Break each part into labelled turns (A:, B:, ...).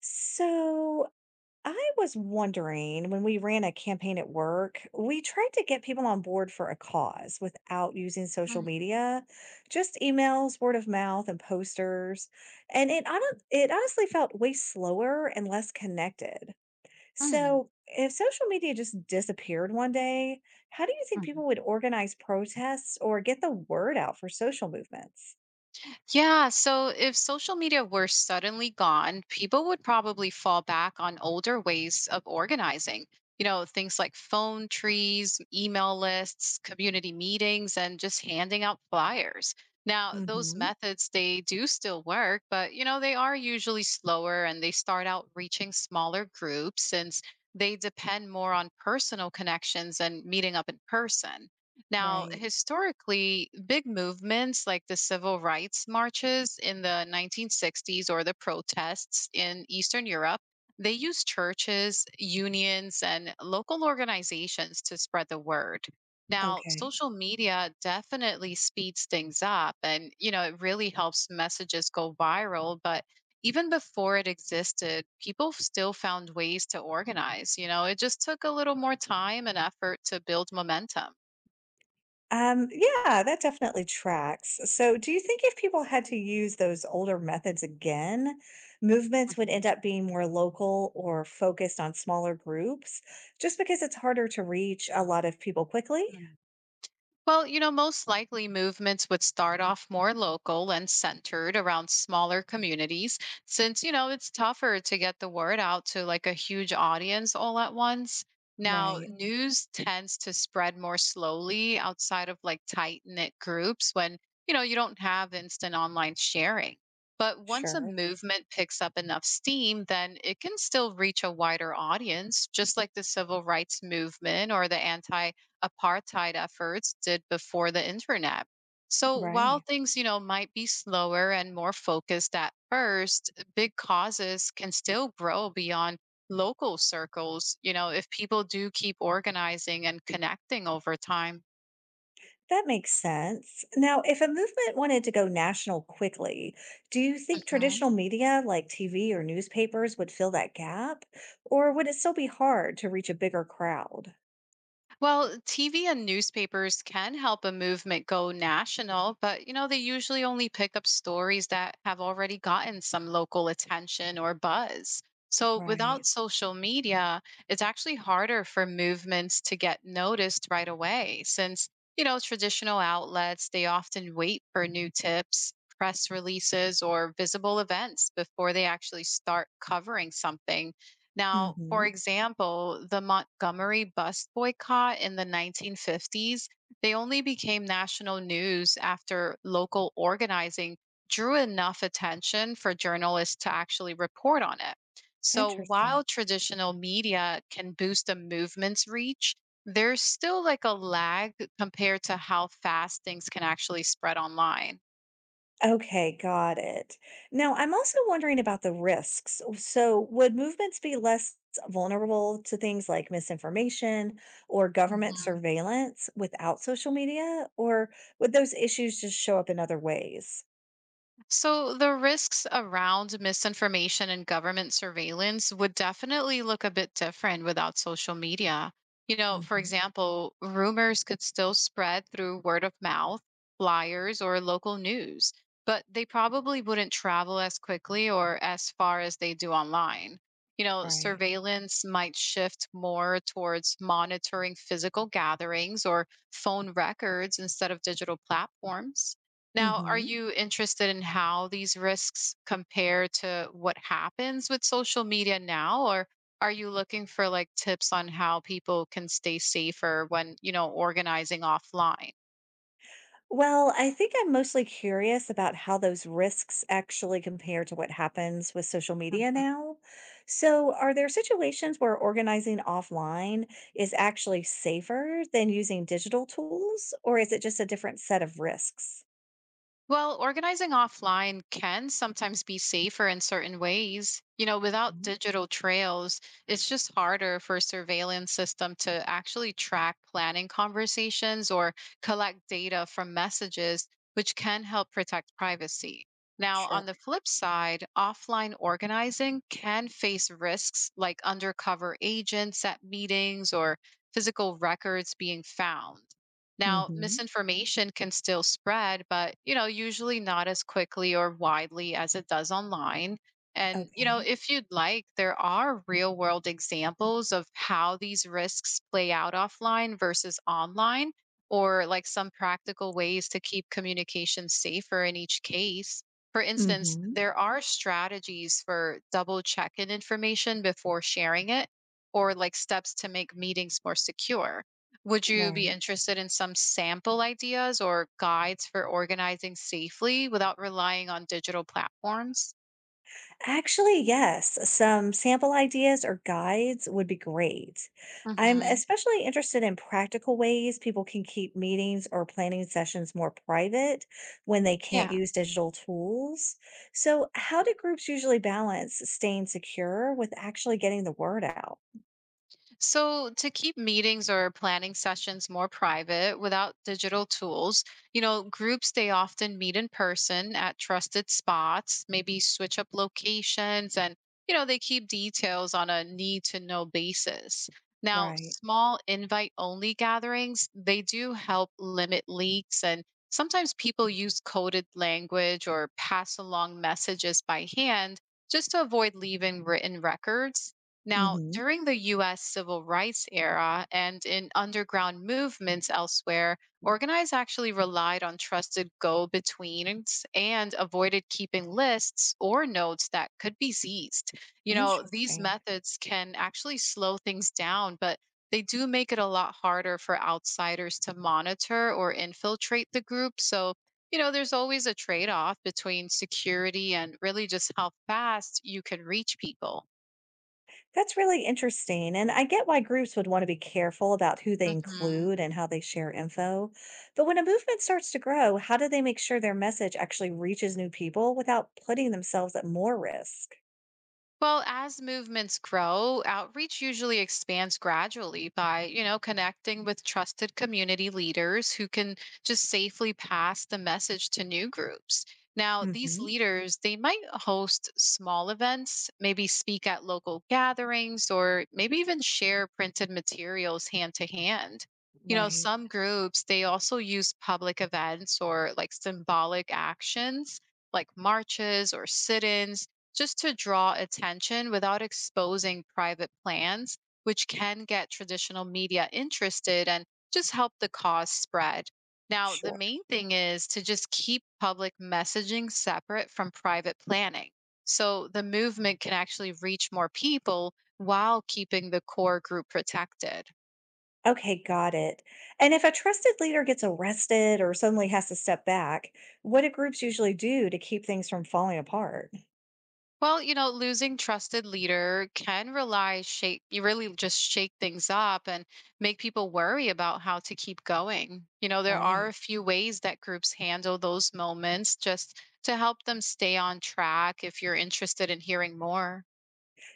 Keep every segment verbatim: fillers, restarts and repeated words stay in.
A: So I was wondering, when we ran a campaign at work, we tried to get people on board for a cause without using social
B: Mhm,
A: media, just emails, word of mouth, and posters. And it hon- it honestly felt way slower and less connected.
B: mhm,
A: So if social media just disappeared one day, how do you think people
B: mhm.
A: would organize protests or get the word out for social movements?
B: Yeah, so if social media were suddenly gone, people would probably fall back on older ways of organizing. You know, things like phone trees, email lists, community meetings, and just handing out flyers. Now, those
A: Mhm.
B: methods, they do still work, but, you know, they are usually slower and they start out reaching smaller groups since they depend more on personal connections and meeting up in person. Now,
A: Right.
B: historically, big movements like the civil rights marches in the nineteen sixties or the protests in Eastern Europe, they used churches, unions, and local organizations to spread the word. Now,
A: Okay.
B: social media definitely speeds things up and, you know, it really helps messages go viral, but even before it existed, people still found ways to organize, you know, it just took a little more time and effort to build momentum.
A: Um, yeah, that definitely tracks. So, do you think if people had to use those older methods again, movements would end up being more local or focused on smaller groups just because it's harder to reach a lot of people quickly?
B: Mm. Well, you know, most likely movements would start off more local and centered around smaller communities since, you know, it's tougher to get the word out to like a huge audience all at once. Now,
A: Right.
B: news tends to spread more slowly outside of like tight knit groups when, you know, you don't have instant online sharing. But once a
A: Sure.
B: movement picks up enough steam, then it can still reach a wider audience, just like the civil rights movement or the anti apartheid efforts did before the internet. So while
A: Right.
B: things, you know, might be slower and more focused at first, big causes can still grow beyond local circles, you know, if people do keep organizing and connecting over time.
A: That makes sense. Now, if a movement wanted to go national quickly, do you think
B: Mhm.
A: traditional media like T V or newspapers would fill that gap? Or would it still be hard to reach a bigger crowd?
B: Well, T V and newspapers can help a movement go national, but you know, they usually only pick up stories that have already gotten some local attention or buzz. So without
A: Right.
B: social media, it's actually harder for movements to get noticed right away since, you know, traditional outlets, they often wait for new tips, press releases, or visible events before they actually start covering something. Now, for
A: Hmm.
B: example, the Montgomery bus boycott in the nineteen fifties, they only became national news after local organizing drew enough attention for journalists to actually report on it. So while
A: Interesting.
B: traditional media can boost a movement's reach, there's still like a lag compared to how fast things can actually spread online.
A: Okay, got it. Now, I'm also wondering about the risks. So, would movements be less vulnerable to things like misinformation or government surveillance without social media, or would those issues just show up in other ways?
B: So, the risks around misinformation and government surveillance would definitely look a bit different without social media. You know, for
A: Hmm.
B: example, rumors could still spread through word of mouth, flyers, or local news, but they probably wouldn't travel as quickly or as far as they do online. You know,
A: Right.
B: surveillance might shift more towards monitoring physical gatherings or phone records instead of digital platforms. Now, are
A: Hmm.
B: you interested in how these risks compare to what happens with social media now? Or are you looking for like tips on how people can stay safer when, you know, organizing offline?
A: Well, I think I'm mostly curious about how those risks actually compare to what happens with social media now. So, are there situations where organizing offline is actually safer than using digital tools, or is it just a different set of risks?
B: Well, organizing offline can sometimes be safer in certain ways. You know, without
A: Mhm.
B: digital trails, it's just harder for a surveillance system to actually track planning conversations or collect data from messages, which can help protect privacy. Now, on the
A: Sure.
B: flip side, offline organizing can face risks like undercover agents at meetings or physical records being found. Now,
A: Hmm.
B: misinformation can still spread, but you know, usually not as quickly or widely as it does online. And you know,
A: Okay.
B: if you'd like, there are real-world examples of how these risks play out offline versus online or like some practical ways to keep communication safer in each case. For instance,
A: Hmm.
B: there are strategies for double checking information before sharing it or like steps to make meetings more secure. Would you be
A: Right.
B: interested in some sample ideas or guides for organizing safely without relying on digital platforms?
A: Actually, yes. Some sample ideas or guides would be great. I'm
B: Mhm.
A: especially interested in practical ways people can keep meetings or planning sessions more private when they can't
B: Yeah.
A: use digital tools. So, how do groups usually balance staying secure with actually getting the word out?
B: So, to keep meetings or planning sessions more private without digital tools, you know, groups they often meet in person at trusted spots, maybe switch up locations, and, you know, they keep details on a need to know basis. Now,
A: Right.
B: small invite only gatherings, they do help limit leaks, and sometimes people use coded language or pass along messages by hand just to avoid leaving written records. Now,
A: Hmm.
B: during the U S civil rights era and in underground movements elsewhere, organize actually relied on trusted go betweens and avoided keeping lists or notes that could be seized. You know, these
A: Interesting.
B: methods can actually slow things down, but they do make it a lot harder for outsiders to monitor or infiltrate the group. So, you know, there's always a trade off between security and really just how fast you can reach people.
A: That's really interesting, and I get why groups would want to be careful about who they
B: Mhm.
A: include and how they share info. But when a movement starts to grow, how do they make sure their message actually reaches new people without putting themselves at more risk?
B: Well, as movements grow, outreach usually expands gradually by, you know, connecting with trusted community leaders who can just safely pass the message to new groups. Now, these
A: Hmm.
B: leaders, they might host small events, maybe speak at local gatherings, or maybe even share printed materials hand to hand. You know,
A: Right.
B: some groups, they also use public events or like symbolic actions like marches or sit ins just to draw attention without exposing private plans, which can get traditional media interested and just help the cause spread. Now, the
A: Sure.
B: main thing is to just keep public messaging separate from private planning. So the movement can actually reach more people while keeping the core group protected.
A: Okay, got it. And if a trusted leader gets arrested or suddenly has to step back, what do groups usually do to keep things from falling apart?
B: Well, you know, losing trusted leader can rely shape you really just shake things up and make people worry about how to keep going. You know, there are
A: Right.
B: a few ways that groups handle those moments just to help them stay on track if you're interested in hearing more.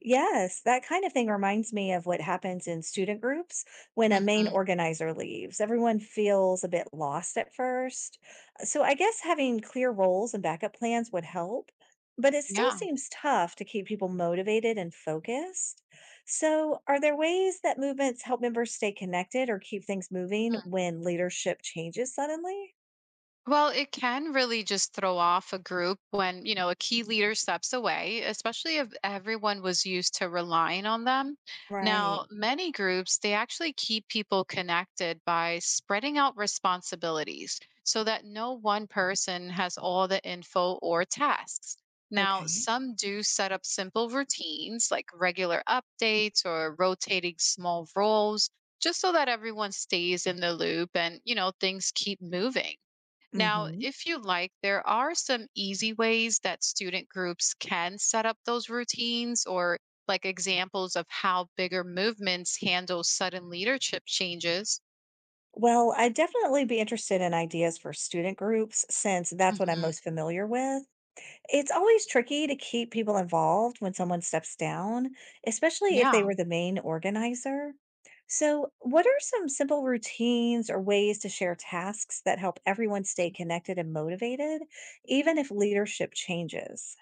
A: Yes, that kind of thing reminds me of what happens in student groups when a main
B: Hmm.
A: organizer leaves. Everyone feels a bit lost at first. So I guess having clear roles and backup plans would help, but it still
B: Yeah.
A: seems tough to keep people motivated and focused. So, are there ways that movements help members stay connected or keep things moving when leadership changes suddenly?
B: Well, it can really just throw off a group when, you know, a key leader steps away, especially if everyone was used to relying on them.
A: Right.
B: Now, many groups, they actually keep people connected by spreading out responsibilities so that no one person has all the info or tasks. Now,
A: Okay.
B: some do set up simple routines like regular updates or rotating small roles just so that everyone stays in the loop and, you know, things keep moving.
A: Mm
B: Now,
A: hmm.
B: if you like, there are some easy ways that student groups can set up those routines or like examples of how bigger movements handle sudden leadership changes.
A: Well, I'd definitely be interested in ideas for student groups since that's what I'm
B: Mhm.
A: most familiar with. It's always tricky to keep people involved when someone steps down, especially if they
B: Yeah.
A: were the main organizer. So, what are some simple routines or ways to share tasks that help everyone stay connected and motivated, even if leadership changes?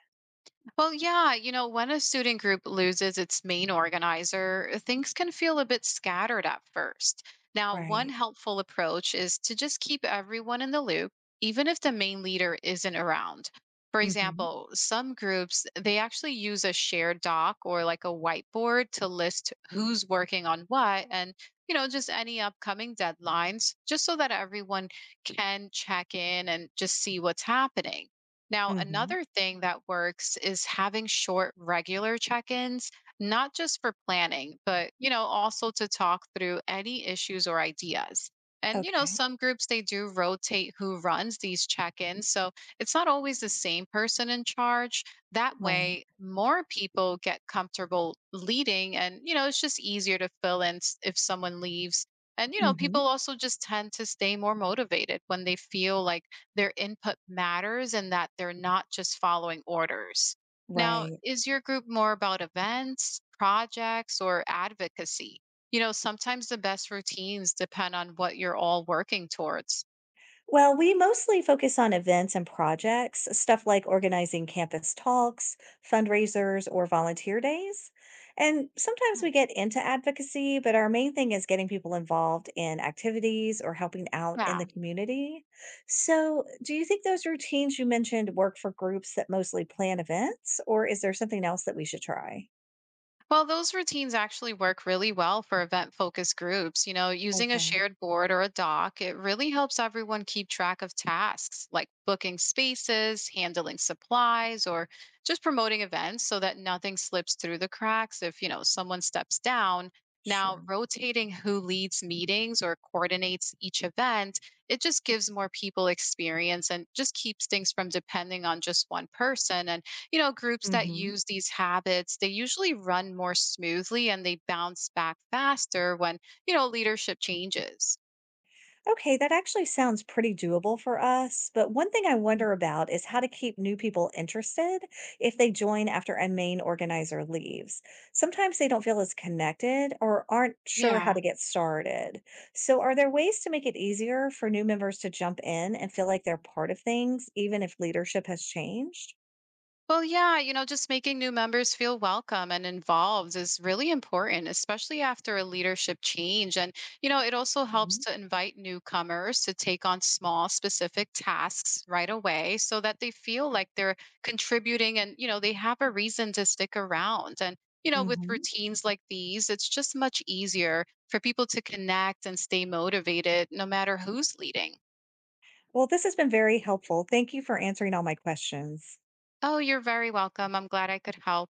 B: Well, yeah, you know, when a student group loses its main organizer, uh, things can feel a bit scattered at first. Now, one
A: Right.
B: helpful approach is to just keep everyone in the loop, even if the main leader isn't around. For
A: Mm-hmm.
B: example, some groups, they actually use a shared doc or like a whiteboard to list who's working on what and, you know, just any upcoming deadlines, just so that everyone can check in and just see what's happening. Now,
A: Mm-hmm.
B: another thing that works is having short regular check-ins, not just for planning, but you know, also to talk through any issues or ideas. And you know,
A: Okay.
B: some groups they do rotate who runs these check-ins, so it's not always the same person in charge. That way,
A: Right.
B: more people get comfortable leading and you know, it's just easier to fill in s- if someone leaves. And you know,
A: Mm-hmm.
B: people also just tend to stay more motivated when they feel like their input matters and that they're not just following orders. Now,
A: Right.
B: is your group more about events, projects, or advocacy? You know, sometimes the best routines depend on what you're all working towards.
A: Well, we mostly focus on events and projects, stuff like organizing campus talks, fundraisers, or volunteer days. And sometimes
B: Hmm.
A: we get into advocacy, but our main thing is getting people involved in activities or helping out in
B: Yeah.
A: the community. So, do you think those routines you mentioned work for groups that mostly plan events, or is there something else that we should try?
B: Well, those routines actually work really well for event focused groups. You know, using a
A: Okay,
B: shared board or a doc, it really helps everyone keep track of tasks like booking spaces, handling supplies, or just promoting events so that nothing slips through the cracks if, you know, someone steps down. Now,
A: sure.
B: rotating who leads meetings or coordinates each event, it just gives more people experience and just keeps things from depending on just one person. And you know, groups that
A: Hmm.
B: use these habits, they usually run more smoothly and they bounce back faster when, you know, leadership changes.
A: Okay, that actually sounds pretty doable for us. But one thing I wonder about is how to keep new people interested if they join after a main organizer leaves. Sometimes they don't feel as connected or aren't sure how
B: Yeah.
A: to get started. So, are there ways to make it easier for new members to jump in and feel like they're part of things, even if leadership has changed?
B: Well, yeah, you know, just making new members feel welcome and involved is really important, especially after a leadership change. And, you know, it also helps
A: Mhm.
B: to invite newcomers to take on small, specific tasks right away so that they feel like they're contributing and, you know, they have a reason to stick around. And, you know, with
A: Hmm.
B: routines like these, it's just much easier for people to connect and stay motivated no matter who's leading.
A: Well, this has been very helpful. Thank you for answering all my questions.
B: Oh, you're very welcome. I'm glad I could help.